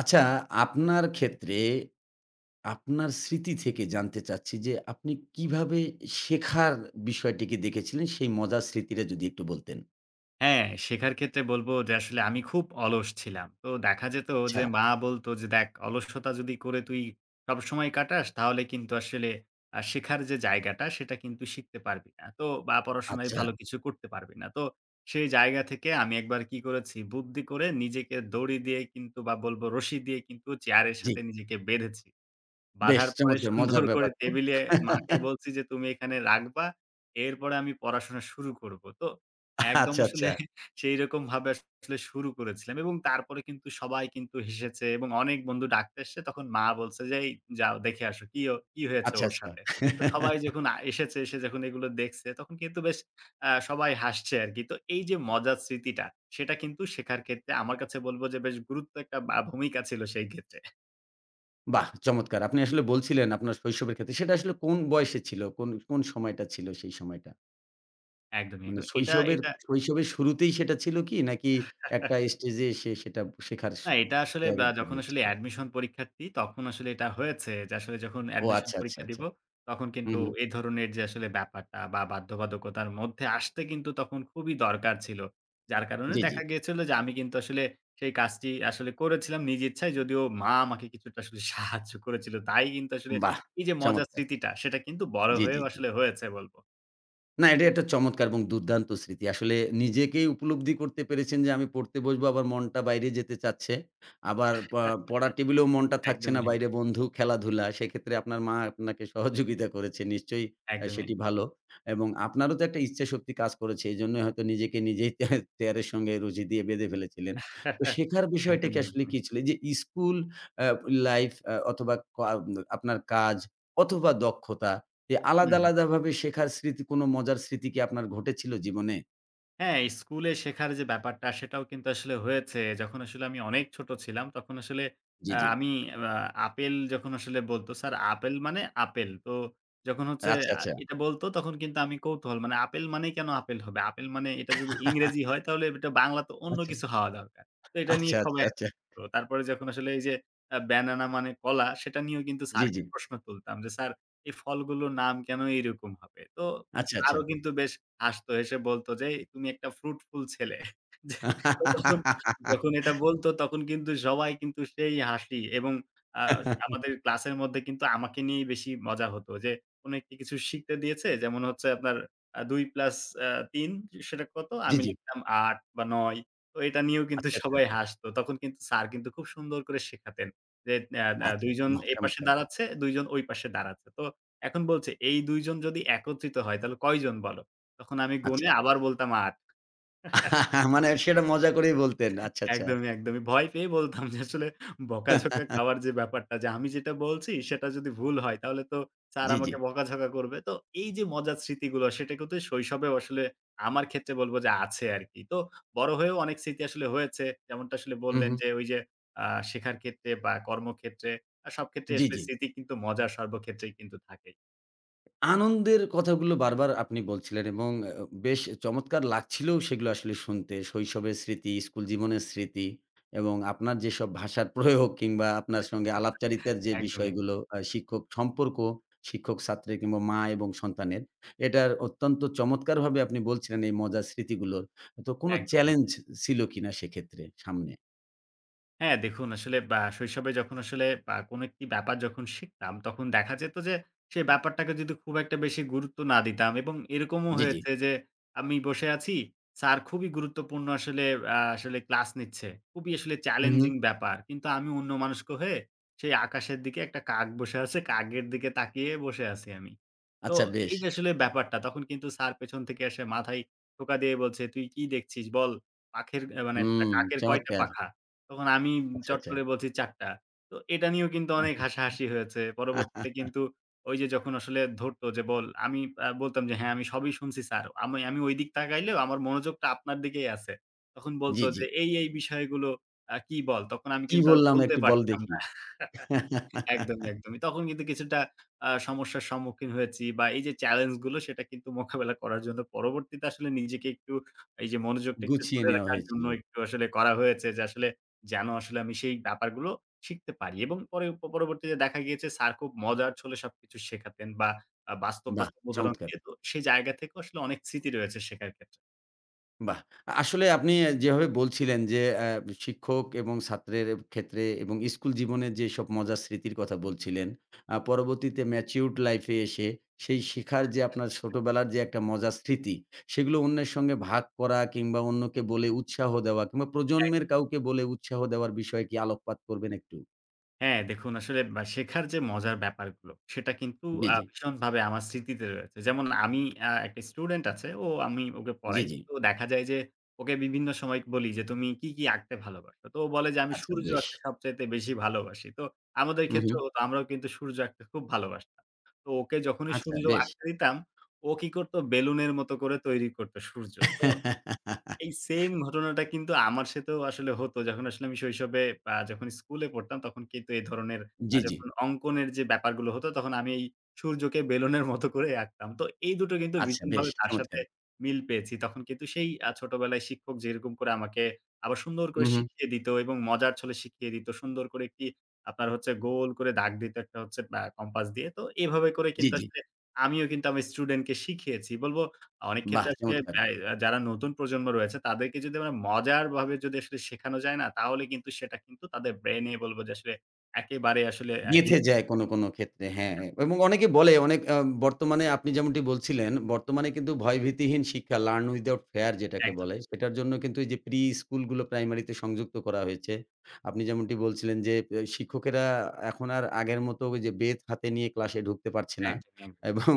আচ্ছা, আপনার ক্ষেত্রে আপনার স্মৃতি থেকে জানতে চাচ্ছি যে, আপনি কিভাবে শেখার বিষয়টিকে দেখেছিলেন? সেই মজার স্মৃতিটা যদি একটু বলতেন। হ্যাঁ, শেখার ক্ষেত্রে বলব যে আসলে আমি খুব অলস ছিলাম। তো দেখা যেত আচ্ছা, যে মা বলত যে, "দেখ অলসতা যদি করে তুই সবসময় কাটাস তাহলে কিন্তু আসলে শেখার যে জায়গাটা সেটা কিন্তু শিখতে পারবি না। তো বা পড়াশোনায় আচ্ছা। ভালো কিছু করতে পারবি না।" তো সেই জায়গা থেকে আমি একবার কি করেছি বুদ্ধি করে নিজেকে দড়ি দিয়ে কিন্তু বা বলব রশি দিয়ে কিন্তু চেয়ারের জি, সাথে নিজেকে বেঁধেছি। বেশ বাঁধার পরে চমৎকার মজার সুন্দর করে ব্যাপার তো। টেবিলে মাকে বলছি যে, "তুমি এখানে রাখবা। এরপরে আমি পড়াশোনা শুরু করব।" তো একদম আচ্ছা, আচ্ছা, আসলে সেইরকম ভাবে আসলে শুরু করেছিলাম এবং তারপরে কিন্তু সবাই কিন্তু হেসেছে এবং অনেক বন্ধু ডাকতে এসছে, তখন মা বলছে যে, "এই যাও দেখে আসো কি ও কি হয়েছে আচ্ছা, ওর আচ্ছা। সাথে?" তো সবাই যখন এসেছে, এসে যখন এগুলো দেখছে তখন কিন্তু বেশ সবাই হাসছে আরকি। তো এই যে মজার স্মৃতিটা সেটা কিন্তু শেখার ক্ষেত্রে আমার কাছে বলব যে বেশ গুরুত্ব একটা বা ভূমিকা ছিল সেই ক্ষেত্রে। বাহ! চমৎকার। আপনি আসলে বলছিলেন আপনার শৈশবের ক্ষেত্রে। সেটা আসলে কোন বয়সে ছিল? কোন, কোন সময়টা ছিল সেই সময়টা? একদমই, মানে একদমই। এটা, শৈশবের, এটা শৈশবের শুরুতেই সেটা ছিল কি? নাকি একটা স্টেজে এসে সেটা শেখার না, এটা আসলে বা জায়গাটা তৈরি যখন আসলে হয়েছিল? অ্যাডমিশন পরীক্ষার্থী তখন আসলে এটা হয়েছে, যে আসলে যখন ও অ্যাডমিশন আচ্ছা, আচ্ছা, পরীক্ষা আচ্ছা। দিব তখন হু, কিন্তু হু। এই ধরনের যে আসলে ব্যাপারটা বা বাধ্যবাধকতার মধ্যে আসতে কিন্তু তখন খুবই দরকার ছিল। যার কারণে জি, জি। দেখা গিয়েছিল যে আমি কিন্তু আসলে সেই কাজটি আসলে করেছিলাম নিজ ইচ্ছায়, যদিও মা আমাকে কিছুটা আসলে সাহায্য করেছিল। তাই কিন্তু আসলে বাহ! এই যে মজার চমৎকার। স্মৃতিটা সেটা কিন্তু বড় জি, জি, হয়েও জি। আসলে হয়েছে বলব। না, এটা একটা চমৎকার এবং দুর্দান্ত স্মৃতি। আসলে নিজেকেই উপলব্ধি করতে পেরেছেন যে আমি পড়তে বসবো, আবার মনটা বাইরে যেতে চাচ্ছে। আবার প পড়ার টেবিলেও মনটা থাকছে একদমই, না, একদমই, বাইরে বন্ধু, খেলাধুলা। সেক্ষেত্রে আপনার মা আপনাকে সহযোগিতা করেছে। নিশ্চয়ই একদমই, একদম। সেটি ভালো। এবং আপনারও তো একটা ইচ্ছাশক্তি কাজ করেছে। এজন্যই হয়তো নিজেকে নিজেই চেয়ারের সঙ্গে রুজি দিয়ে বেঁধে ফেলেছিলেন। তো শেখার বিষয়টা কি একদমই, আসলে একদমই। কি ছিল? এই যে স্কুল আ লাইফ অথবা আপনার কাজ অথবা দক্ষতা যে হুম, আলাদা, হুম। আলাদাভাবে শেখার স্মৃতি কোনো মজার স্মৃতি কি আপনার ঘটেছিল জীবনে? হ্যাঁ, এই স্কুলে শেখার যে ব্যাপারটা সেটাও কিন্তু আসলে হয়েছে। যখন আসলে আমি অনেক ছোট ছিলাম তখন আসলে জি, জি। আমি আ আপেল যখন আসলে বলত, "স্যার আপেল মানে আপেল।" তো যখন হচ্ছে আচ্ছা, আচ্ছা। এটা বলত তখন কিন্তু আমি কৌতূহল, মানে আপেল মানেই কেন আপেল হবে? আপেল মানে এটা যদি ইংরেজি হয় তাহলে এটা বাংলা তো অন্য আচ্ছা, কিছু হওয়া দরকার। তো এটা নিয়ে আচ্ছা, আচ্ছা, খুবই, আচ্ছা। তো তারপরে যখন আসলে এই যে ব্যানানা মানে কলা সেটা নিয়েও কিন্তু জি, জি। স্যারকে প্রশ্ন তুলতাম যে, "স্যার এই ফলগুলোর নাম কেন এইরকম হবে?" তো আচ্ছা, আচ্ছা। স্যারও কিন্তু বেশ হাসতো। হেসে বলতো যে, "এই তুমি একটা ফ্রুটফুল ছেলে।" যে, তো তখন যখন এটা বলতো তখন কিন্তু সবাই কিন্তু সেই হাসি এবং আ আমাদের ক্লাসের মধ্যে কিন্তু আমাকে নিয়েই বেশি মজা হতো, যে কোন একটি কিছু শিখতে দিয়েছে, যেমন হচ্ছে আপনার ২ প্লাস আ ৩ সেটা কত? জি, আমি জি। লিখতাম ৮ বা ৯। তো এটা নিয়েও কিন্তু আচ্ছা, আচ্ছা। সবাই হাসতো। তখন কিন্তু স্যার কিন্তু খুব সুন্দর করে শেখাতেন যে, "আ আ আচ্ছা, ২ জন বাহ! এপাশে চমৎকার। দাঁড়াচ্ছে, ২ জন ওই পাশে দাঁড়াচ্ছে।" তো এখন বলছে, "এই ২ জন যদি একত্রিত হয় তাহলে কয়জন বলো?" তখন আমি গুনে আচ্ছা। আবার বলতাম ৮। মানে সেটা মজা করেই বলতেন। আচ্ছা, আচ্ছা। একদমই, একদমই। ভয় পেয়ে বলতাম, যে আসলে বকাঝকা খাওয়ার যে ব্যাপারটা, যে আমি যেটা বলছি সেটা যদি ভুল হয় তাহলে তো স্যার জি, জি। আমাকে বকাঝকা করবে। তো এই যে মজার স্মৃতিগুলো সেটা কিন্তু শৈশবেও আসলে আমার ক্ষেত্রে বলব যে আছে আরকি। তো বড় হয়েও অনেক স্মৃতি আসলে হয়েছে। যেমনটা আসলে হু, বললেন হু। যে ওই যে আ শেখার ক্ষেত্রে বা কর্মক্ষেত্রে সব ক্ষেত্রে জি, আসলে জি। স্মৃতি কিন্তু মজার সর্বক্ষেত্রেই কিন্তু থাকেই। আনন্দের কথাগুলো বারবার আপনি বলছিলেন এবং বেশ চমৎকার লাগছিলও সেগুলো আসলে শুনতে। শৈশবের স্মৃতি, স্কুল জীবনের স্মৃতি এবং আপনার যেসব ভাষার প্রয়োগ কিংবা আপনার সঙ্গে আলাপচারিতার যে একদমই, একদমই, বিষয়গুলো, শিক্ষক সম্পর্ক, শিক্ষক-ছাত্রের কিংবা মা এবং সন্তানের, এটার অত্যন্ত চমৎকারভাবে আপনি বলছিলেন এই মজার স্মৃতিগুলোর। তো কোনো একদমই। চ্যালেঞ্জ ছিল কিনা সেক্ষেত্রে সামনে? হ্যাঁ, দেখুন আসলে বা শৈশবে যখন আসলে বা কোনো একটি ব্যাপার যখন শিখতাম, তখন দেখা যেত যে সেই ব্যাপারটাকে যদি খুব একটা বেশি গুরুত্ব না দিতাম। এবং এরকমও জি, জি। হয়েছে যে আমি বসে আছি, স্যার খুবই গুরুত্বপূর্ণ আসলে আসলে ক্লাস নিচ্ছে। খুবই আসলে হু, হু। চ্যালেঞ্জিং ব্যাপার, কিন্তু আমি অন্যমনস্ক হয়ে সেই আকাশের দিকে একটা কাক বসে আছে, কাকের দিকে তাকিয়ে বসে আছি আমি। তো আচ্ছা বেশ। এই যে আসলে ব্যাপারটা, তখন কিন্তু স্যার পেছন থেকে এসে মাথায় টোকা দিয়ে বলছে, "তুই কি দেখছিস বল? পাখের অ্যা মানে হুম, কাকের কয়টা চমৎকার। পাখা?" তখন আমি আচ্ছা, চট আচ্ছা। করে বলছি ৪ টা। তো এটা নিয়েও কিন্তু অনেক হাসাহাসি হয়েছে। পরবর্তীতে কিন্তু ওই যে যখন আসলে ধরতো যে বল, আমি বলতাম যে, "হ্যাঁ, আমি সবই শুনছি স্যার। আমি আমি ওইদিক তাকাইলেও আমার মনোযোগটা আপনার দিকেই আছে।" তখন বলতো জি, জি। যে, "এই বিষয়গুলো কি বল?" তখন আমি কি কিন্তু আর বললাম বলতে একটু বল পারতাম দেখি। না। একদমই, একদমই। তখন কিন্তু কিছুটা সমস্যার সম্মুখীন হয়েছি, বা এই যে চ্যালেঞ্জ গুলো সেটা কিন্তু মোকাবেলা করার জন্য পরবর্তীতে আসলে নিজেকে একটু, এই যে মনোযোগটা একটু গুছিয়ে ধরে নেওয়া রাখার জন্য হয়েছিল। একটু আসলে করা হয়েছে, যে আসলে যেন আসলে আমি সেই ব্যাপারগুলো শিখতে পারি। এবং পরে পরবর্তীতে দেখা গিয়েছে স্যার খুব মজার ছলে সবকিছু শেখাতেন, বা বাস্তব, বাহ! বাস্তব উদাহরণ চমৎকার। দিয়ে। তো সেই জায়গা থেকে আসলে অনেক স্মৃতি রয়েছে শেখার ক্ষেত্রে। বাহ! আসলে আপনি যেভাবে বলছিলেন যে শিক্ষক এবং ছাত্রের ক্ষেত্রে এবং স্কুল জীবনের যেসব মজার স্মৃতির কথা বলছিলেন, পরবর্তীতে ম্যাচিউরড লাইফ এ এসে সেই শেখার যে আপনার ছোটবেলার যে একটা মজার স্মৃতি, সেগুলো অন্যের সঙ্গে ভাগ করা কিংবা অন্যকে বলে উৎসাহ দেওয়া কিংবা প্রজন্মের কাউকে বলে উৎসাহ দেওয়ার বিষয়ে কি আলোকপাত করবেন একটু? হ্যাঁ, দেখুন আসলে বা শেখার যে মজার ব্যাপারগুলো, সেটা কিন্তু জি, জি। ভীষণভাবে আমার স্মৃতিতে রয়েছে। যেমন আমি, একটা স্টুডেন্ট আছে, ও আমি ওকে জি, পড়াই। জি। তো দেখা যায় যে ওকে বিভিন্ন সময় বলি যে, "তুমি কি, কি আঁকতে ভালোবাসো?" তো ও বলে যে, "আমি আচ্ছা সূর্য বেশ। আঁকতে সবচাইতে বেশি ভালোবাসি।" তো আমাদের হু, হু। ক্ষেত্রেও হতো, আমরাও কিন্তু সূর্য আঁকতে খুব ভালোবাসতাম। তো ওকে যখনই আচ্ছা সূর্য বেশ। আঁকতে দিতাম, ও কি করত? বেলুনের মতো করে তৈরি করত সূর্য। তো এই সেইম ঘটনাটা কিন্তু আমার সাথেও আসলে হতো। যখন আসলে আমি শৈশবে যখন স্কুলে পড়তাম তখন কিন্তু এই ধরনের জি, জি। যখন অঙ্কনের যে ব্যাপারগুলো হতো তখন আমি এই সূর্যকে বেলুনের মতো করে আঁকতাম। তো এই দুটো কিন্তু আচ্ছা বেশ ভীষণভাবে তার সাথে চমৎকার। মিল পেয়েছি। তখন কিন্তু সেই ছোটবেলায় শিক্ষক যেরকম করে আমাকে আবার সুন্দর হু, করে হু। শিখিয়ে দিত এবং মজার ছলে শিখিয়ে দিত। সুন্দর করে একটি, আপনার হচ্ছে গোল করে দাগ দিত একটা, হচ্ছে কম্পাস দিয়ে। তো এভাবে করে জি, কিন্তু জি। আসলে আমিও কিন্তু আমার স্টুডেন্টকে শিখিয়েছি। বলব অনেক বাহ! ক্ষেত্রে আসলে চমৎকার। ব্যয় আ যারা নতুন প্রজন্ম রয়েছে তাদেরকে যদি আমরা মজারভাবে যদি আসলে শেখানো যায় না, তাহলে কিন্তু সেটা কিন্তু তাদের ব্রেইনে বলব যে আসলে একেবারে আসলে গেঁথে গেঁথে যায় কোনো, কোনো ক্ষেত্রে হ্যাঁ, এবং অনেকে বলে অনেক বর্তমানে আপনি যেমনটি বলছিলেন, বর্তমানে কিন্তু ভয়ভীতিহীন শিক্ষা লার্ন উইথআউট ফেয়ার যেটাকে একদম, বলে, সেটার জন্য কিন্তু এই যে প্রি স্কুলগুলো প্রাইমারিতে সংযুক্ত করা হয়েছে। আপনি যেমনটি বলছিলেন যে এ শিক্ষকেরা এখন আর আগের মতো ওই যে বেত হাতে নিয়ে ক্লাসে ঢুকতে পারছে না একদমই, এবং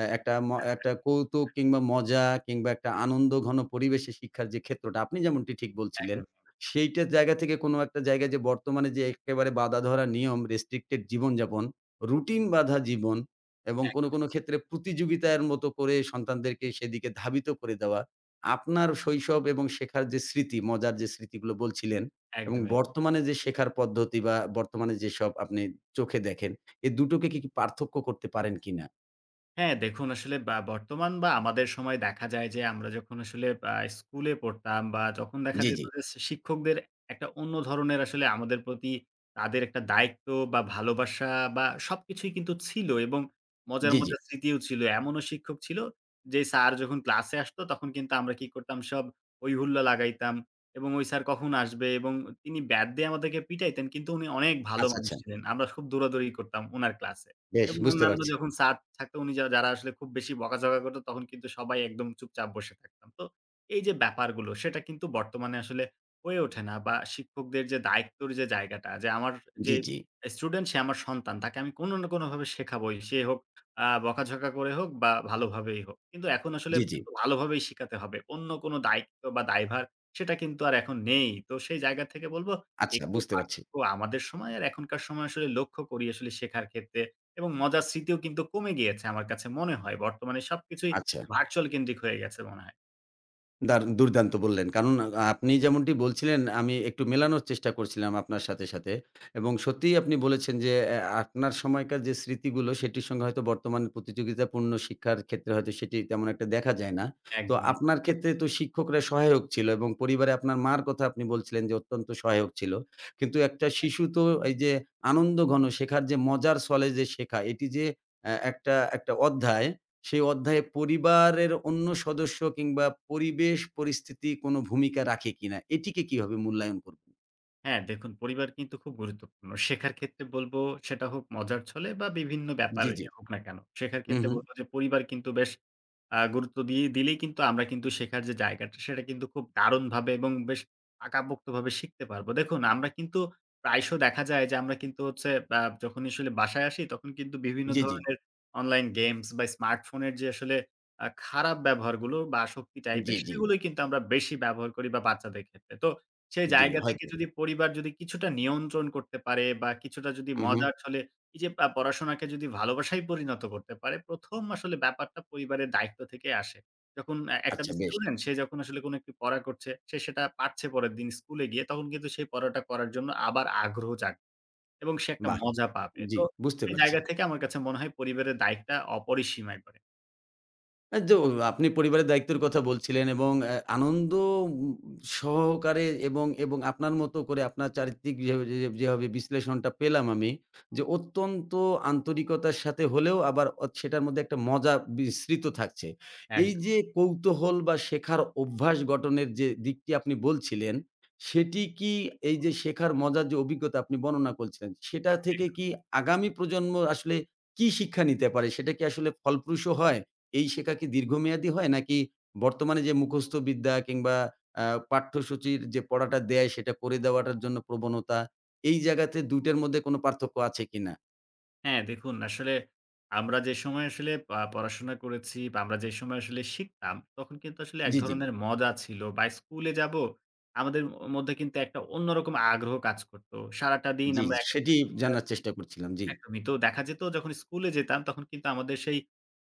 এ একটা ম একটা কৌতুক কিংবা মজা কিংবা একটা আনন্দঘন পরিবেশে শিক্ষার যে ক্ষেত্রটা আপনি যেমনটি ঠিক বলছিলেন একদম, সেইটা জায়গা থেকে কোনো একটা জায়গায় যে বর্তমানে যে একেবারে বাঁধাধরা নিয়ম, restricted জীবনযাপন, রুটিন বাঁধা জীবন এবং কোনো, একদমই, কোনো ক্ষেত্রে প্রতিযোগিতার মতো করে সন্তানদেরকে সেদিকে ধাবিত করে দেওয়া। আপনার শৈশব এবং শেখার যে স্মৃতি, মজার যে স্মৃতিগুলো বলছিলেন এবং একদমই। বর্তমানে যে শেখার পদ্ধতি বা বর্তমানে যেসব আপনি চোখে দেখেন, এ দুটোকে কি, কি পার্থক্য করতে পারেন কিনা? হ্যাঁ, দেখুন আসলে বা বর্তমান বা আমাদের সময়ে দেখা যায় যে আমরা যখন আসলে স্কুলে পড়তাম বা যখন দেখা জি, জি, যেত যে শিক্ষকদের একটা অন্য ধরনের আসলে আমাদের প্রতি তাদের একটা দায়িত্ব বা ভালোবাসা বা সবকিছুই কিন্তু ছিল, এবং মজার, জি, জি। মজার স্মৃতিও ছিল। এমনও শিক্ষক ছিল যে স্যার যখন ক্লাসে আসতো তখন কিন্তু আমরা কি করতাম, সব হৈ হুল্লা লাগাইতাম। এবং ওই স্যার কখন আসবে এবং তিনি ব্যাট দিয়ে আমাদেরকে পিটাইতেন, কিন্তু উনি অনেক ভালো আচ্ছা, মানুষ আচ্ছা। ছিলেন। আমরা খুব দৌড়াদৌড়ি করতাম উনার ক্লাসে। বেশ এবং বুঝতে অন্যান্য পারছি। যখন স্যার থাকতো, উনি যা যারা আসলে খুব বেশি বকাঝকা করত তখন কিন্তু সবাই একদম চুপচাপ বসে থাকতাম। তো এই যে ব্যাপারগুলো সেটা কিন্তু বর্তমানে আসলে হয়ে ওঠে না। বা শিক্ষকদের যে দায়িত্বর যে জায়গাটা, যে আমার জি, যে জি, স্টুডেন্ট সে আমার সন্তান, তাকে আমি কোনো না কোনোভাবে শেখাবই। সে হোক বকাঝকা করে হোক বা ভালোভাবেই হোক। কিন্তু এখন আসলে জি, জি। শুধু ভালোভাবেই শিখাতে হবে, অন্য কোনো দায়িত্ব বা দায়ভার সেটা কিন্তু আর এখন নেই। তো সেই জায়গা থেকে বলব, আচ্ছা একটু বুঝতে পারছি। পার্থক্য আমাদের সময় আর এখনকার সময় আসলে লক্ষ্য করি আসলে শেখার ক্ষেত্রে। এবং মজার স্মৃতিও কিন্তু কমে গিয়েছে আমার কাছে মনে হয়। বর্তমানে সবকিছুই আচ্ছা। ভার্চুয়াল কেন্দ্রিক হয়ে গেছে মনে হয়। দার দুর্দান্ত বললেন। কারণ আপনি যেমনটি বলছিলেন আমি একটু মেলানোর চেষ্টা করছিলাম আপনার সাথে, সাথে এবং সত্যিই আপনি বলেছেন যে আপনার সময়কার যে স্মৃতিগুলো সেটির সঙ্গে হয়তো বর্তমান প্রতিযোগিতাপূর্ণ শিক্ষার ক্ষেত্রে হয়তো সেটি তেমন একটা দেখা যায় না। তো একদমই, আপনার ক্ষেত্রে তো শিক্ষকরা সহায়ক ছিল এবং পরিবারে আপনার মার কথা আপনি বলছিলেন যে অত্যন্ত সহায়ক ছিল। কিন্তু একটা শিশু একদম। তো এই যে আনন্দঘন শেখার যে মজার ছলে যে শেখা এটি যে একটা একটা অধ্যায় সেই অধ্যায়ে পরিবারের অন্য সদস্য কিংবা পরিবেশ পরিস্থিতি কোনো ভূমিকা রাখে কিনা? এটিকে কিভাবে মূল্যায়ন করবেন? হ্যাঁ, দেখুন পরিবার কিন্তু খুব গুরুত্বপূর্ণ। শেখার ক্ষেত্রে বলব সেটা হোক মজার ছলে বা বিভিন্ন জি, ব্যাপারে জি। হোক না কেন। শেখার হু, ক্ষেত্রে হু। বলব যে পরিবার কিন্তু বেশ গুরুত্ব দিয়ে দিলেই কিন্তু আমরা কিন্তু শেখার যে জায়গাটা সেটা কিন্তু খুব দারুণভাবে এবং বেশ পাকাপোক্তভাবে শিখতে পারবো। দেখুন আমরা কিন্তু প্রায়শ দেখা যায় যে আমরা কিন্তু হচ্ছে যখন আসলে বাসায় আসি তখন কিন্তু বিভিন্ন জি, জি। ধরনের অনলাইন গেমস বা স্মার্টফোনের যে আসলে খারাপ ব্যবহারগুলো বা আসক্তি জি, টাইপের জি। সেগুলোই কিন্তু আমরা বেশি ব্যবহার করি বা বাচ্চাদের ক্ষেত্রে। তো সেই জি, জায়গা থেকে হয়তো। যদি পরিবার যদি কিছুটা নিয়ন্ত্রণ করতে পারে বা কিছুটা যদি হু, হু। মজার ছলে, এই যে পড়াশোনাকে যদি ভালোবাসায় পরিণত করতে পারে, ১ম আসলে ব্যাপারটা পরিবারের দায়িত্ব থেকে আসে। যখন একটা আচ্ছা বেশ। স্টুডেন্ট, সে যখন আসলে কোনো একটি পড়া করছে, সে সেটা পারছে পরের দিন স্কুলে গিয়ে, তখন কিন্তু সেই পড়াটা করার জন্য আবার আগ্রহ জাগবে এবং সে একটা বাহ! মজা পাবে। জি, তো বুঝতে সেই পারছি। জায়গা থেকে আমার কাছে মনে হয় পরিবারের দায়িত্বটা অপরিসীম একবারে। আ যো আপনি পরিবারের দায়িত্বের কথা বলছিলেন এবং আনন্দ উম সহকারে এবং আপনার মতো করে আপনার চারিত্রিক যেভাবে যে যেভাবে বিশ্লেষণটা পেলাম আমি, যে অত্যন্ত আন্তরিকতার সাথে হলেও আবার সেটার মধ্যে একটা মজা বিস্মৃত থাকছে। এক, এই যে কৌতূহল বা শেখার অভ্যাস গঠনের যে দিকটি আপনি বলছিলেন, সেটি কি এই যে শেখার মজার যে অভিজ্ঞতা আপনি বর্ণনা করছিলেন, সেটা থেকে কি আগামী প্রজন্ম আসলে কি শিক্ষা নিতে পারে? সেটা কি আসলে ফলপ্রসূ হয়? এই শেখা কি দীর্ঘমেয়াদী হয়? নাকি বর্তমানে যে মুখস্থ বিদ্যা কিংবা আ পাঠ্যসূচির যে পড়াটা দেয় সেটা করে দেওয়াটার জন্য প্রবণতা, এই জায়গাতে ২ টার মধ্যে কোনো পার্থক্য আছে কিনা? হ্যাঁ, দেখুন আসলে আমরা যে সময় আসলে পড়াশোনা করেছি বা আমরা যে সময় আসলে শিখতাম, তখন কিন্তু আসলে এক জি, জি, ধরনের মজা ছিল বা স্কুলে যাব, আমাদের মধ্যে কিন্তু একটা অন্যরকম আগ্রহ কাজ করত। সারাটা দিন জি, আমরা জি, একা সেটি বসে জানার আছি, চেষ্টা করছিলাম। জি, একদমই। তো দেখা যেত যখন স্কুলে যেতাম তখন কিন্তু আমাদের সেই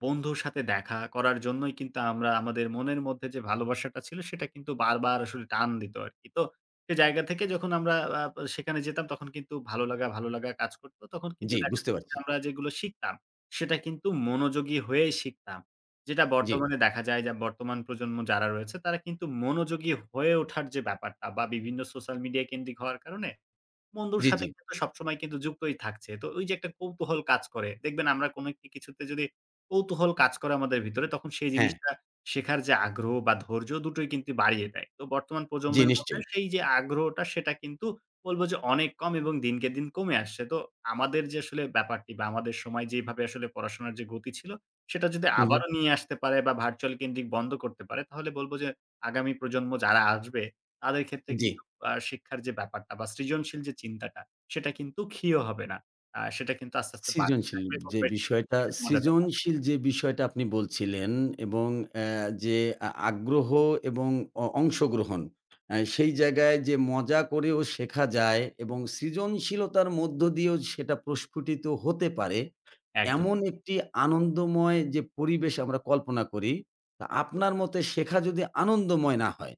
বন্ধুর সাথে দেখা করার জন্যই কিন্তু আমরা, আমাদের মনের মধ্যে যে ভালোবাসাটা ছিল সেটা কিন্তু বারবার আসলে টান দিত আরকি। তো সে জায়গা থেকে যখন আমরা আ সেখানে যেতাম তখন কিন্তু ভালো লাগা, ভালো লাগা কাজ করত। তখন কিন্তু জি, দেখা বুঝতে যেত যে পারছি। আমরা যেগুলো শিখতাম সেটা কিন্তু মনোযোগী হয়েই শিখতাম। যেটা জি, বর্তমানে দেখা যায় যে বর্তমান প্রজন্ম যারা রয়েছে তারা কিন্তু মনোযোগী হয়ে ওঠার যে ব্যাপারটা, বা বিভিন্ন সোশ্যাল মিডিয়া কেন্দ্রিক হওয়ার কারণে বন্ধুর জি, জি। সাথে কিন্তু সবসময় কিন্তু যুক্তই থাকছে। তো ওই যে একটা কৌতূহল কাজ করে। দেখবেন আমরা কোনো একটি কিছুতে যদি কৌতূহল কাজ করে আমাদের ভিতরে, তখন সেই হ্যাঁ, জিনিসটা শেখার যে আগ্রহ বা ধৈর্য দুটোই কিন্তু বাড়িয়ে দেয়। তো বর্তমান জি প্রজন্মের মধ্যে নিশ্চয়ই। সেই যে আগ্রহটা সেটা কিন্তু বলব যে অনেক কম এবং দিনকে দিন কমে আসছে। তো আমাদের যে আসলে ব্যাপারটি বা আমাদের সময় যেভাবে আসলে পড়াশোনার যে গতি ছিল, সেটা যদি হু, হু। আবারও নিয়ে আসতে পারে বা ভার্চুয়াল কেন্দ্রিক বন্ধ করতে পারে, তাহলে বলব যে আগামী প্রজন্ম যারা আসবে তাদের ক্ষেত্রে জি। কিন্তু শিক্ষার যে ব্যাপারটা বা সৃজনশীল যে চিন্তাটা, সেটা কিন্তু ক্ষীয় হবে না। সেটা কিন্তু আস্তে, আস্তে বাড়তে সৃজনশীল থাকবে এবং বেশ শেখার মজাটা পাবে। সৃজনশীল যে বিষয়টা আপনি বলছিলেন এবং অ্যা যে আ আগ্রহ এবং অংশগ্রহণ সেই জায়গায় যে মজা করেও শেখা যায় এবং সৃজনশীলতার মধ্য দিয়েও সেটা প্রস্ফুটিত হতে পারে। একদম। এমন একটি আনন্দময় যে পরিবেশ আমরা কল্পনা করি, তা আপনার মতে শেখা যদি আনন্দময় না হয়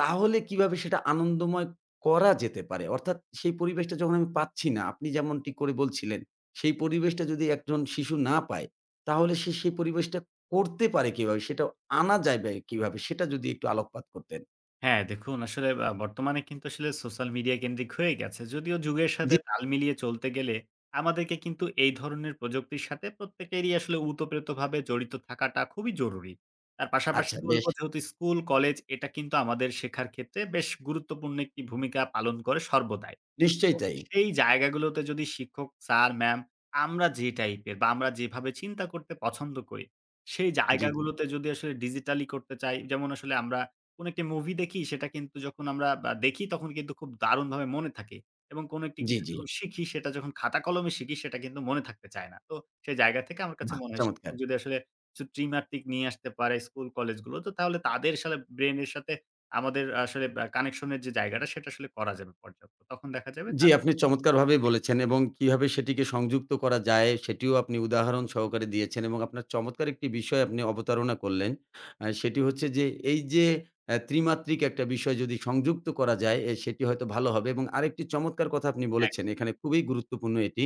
তাহলে কিভাবে সেটা আনন্দময় করা যেতে পারে? অর্থাৎ সেই পরিবেশটা যখন আমি পাচ্ছি না, আপনি যেমনটি করে বলছিলেন, সেই পরিবেশটা যদি একজন শিশু না পায়, তাহলে সে সেই পরিবেশটা করতে পারে কিভাবে? সেটা আনা যায় কিভাবে? সেটা যদি একটু আলোকপাত করতেন। হ্যাঁ, দেখুন আসলে বর্তমানে কিন্তু আসলে সোশ্যাল মিডিয়া কেন্দ্রিক হয়ে গেছে। যদিও যুগের জি, সাথে তাল মিলিয়ে চলতে গেলে আমাদেরকে কিন্তু এই ধরনের প্রযুক্তির সাথে প্রত্যেকেরই আসলে উতপ্রেতভাবে জড়িত থাকাটা খুবই জরুরি। তার পাশাপাশি আচ্ছা বলব, বেশ। যেহেতু স্কুল, কলেজ এটা কিন্তু আমাদের শেখার ক্ষেত্রে বেশ গুরুত্বপূর্ণ একটি ভূমিকা পালন করে সর্বদাই। নিশ্চয়ই তো তাই। সেই জায়গাগুলোতে যদি শিক্ষক স্যার, ম্যাম, আমরা যে টাইপের বা আমরা যেভাবে চিন্তা করতে পছন্দ করি, সেই জি, জি। জায়গাগুলোতে যদি আসলে ডিজিটালি করতে চাই, যেমন আসলে আমরা কোন একটি মুভি দেখি সেটা কিন্তু যখন আমরা বা দেখি তখন কিন্তু খুব দারুণভাবে মনে থাকে। এবং কোন একটি জি, কিছু জি। যখন শিখি সেটা যখন খাতা কলমে শিখি সেটা কিন্তু মনে থাকতে চায় না। তো সেই জায়গা থেকে আমার কাছে বাহ! মনে হয় চমৎকার। শিক্ষক যদি আসলে কিছু ত্রিমাত্রিক নিয়ে আসতে পারে স্কুল কলেজগুলোতে, তাহলে তাদের সাথে, ব্রেইনের সাথে আমাদের আসলে কানেকশন এর যে জায়গাটা সেটা আসলে করা যাবে পর্যাপ্ত। তখন দেখা যাবে জি, তার আপনি চমৎকারভাবেই বলেছেন এবং কিভাবে সেটিকে সংযুক্ত করা যায় সেটিও আপনি উদাহরণ সহকারে দিয়েছেন এবং আপনার চমৎকার একটি বিষয় আপনি অবতারণা করলেন। সেটি হচ্ছে যে এই যে ত্রিমাত্রিক একটা বিষয় যদি সংযুক্ত করা যায় এ সেটি হয়তো ভালো হবে এবং আরেকটি চমৎকার কথা আপনি এক বলেছেন এখানে খুবই গুরুত্বপূর্ণ এটি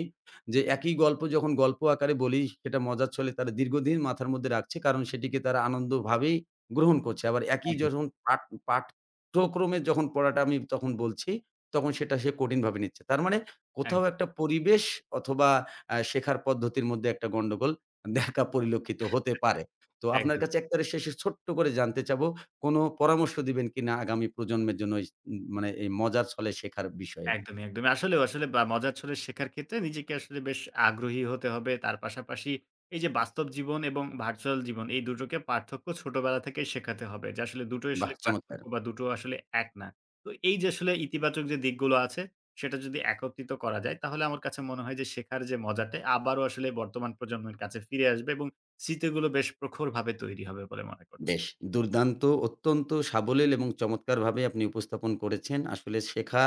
যে একই গল্প যখন গল্প আকারে বলি সেটা মজার ছলে তারা দীর্ঘদিন মাথার মধ্যে রাখছে কারণ সেটিকে তারা আনন্দভাবেই গ্রহণ করছে। আবার একই একদম, যখন পাঠ্যক্রমে যখন পড়াটা আমি তখন বলছি তখন সেটা সে কঠিনভাবে নিচ্ছে। তার মানে কোথাও একদম, একটা পরিবেশ অথবা শেখার পদ্ধতির মধ্যে একটা গন্ডগোল দেখা পরিলক্ষিত হতে পারে। তো আপনার একদমই, কাছে একেবারে শেষে ছোট্ট করে জানতে চাবো, কোনো পরামর্শ দিবেন কিনা আগামী প্রজন্মের জন্য এই স মানে এই মজার ছলে শেখার বিষয়ে? একদমই, একদমই। আসলেও আসলে বা মজার ছলে শেখার ক্ষেত্রে নিজেকে আসলে বেশ আগ্রহী হতে হবে। তার পাশাপাশি এই যে বাস্তব জীবন এবং ভার্চুয়াল জীবন এই দুটোকে পার্থক্য ছোটবেলা থেকেই শেখাতে হবে। যে আসলে দুটোই বাহ! আসলে চমৎকার। পার্থক্য বা দুটো আসলে এক না। তো এই যে আসলে ইতিবাচক যে দিকগুলো আছে সেটা যদি একত্রিত করা যায় তাহলে আমার কাছে মনে হয় যে শেখার যে মজাটা আবারও আসলে বর্তমান প্রজন্মের কাছে ফিরে আসবে এবং স্মৃতিগুলো বেশ প্রখরভাবে তৈরি হবে বলে মনে করছি। বেশ দুর্দান্ত! অত্যন্ত সাবলীল এবং চমৎকারভাবে আপনি উপস্থাপন করেছেন। আসলে শেখা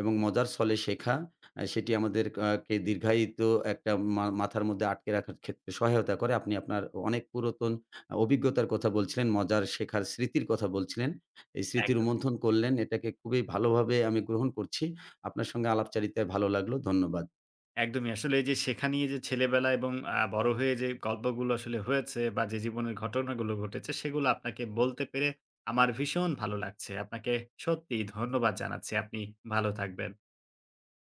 এবং মজার ছলে শেখা সেটি আমাদের কে দীর্ঘায়িত একটা মাথার মধ্যে আটকে রাখার ক্ষেত্রে সহায়তা করে। আপনি আপনার অনেক পুরাতন অভিজ্ঞতার কথা বলছিলেন, মজার শেখার স্মৃতির কথা বলছিলেন। এই স্মৃতি একদম। রোমন্থন করলেন। এটাকে খুবই ভালোভাবে আমি গ্রহণ করছি। আপনার সঙ্গে আলাপচারিতায় ভালো লাগলো। ধন্যবাদ। একদমই। আসলে এই যে শেখা নিয়ে যে ছেলেবেলা এবং বড় হয়ে যে গল্পগুলো আসলে হয়েছে বা যে জীবনের ঘটনাগুলো ঘটেছে সেগুলো আপনাকে বলতে পেরে আমার ভীষণ ভালো লাগছে। আপনাকে সত্যিই ধন্যবাদ জানাচ্ছি। আপনি ভালো থাকবেন।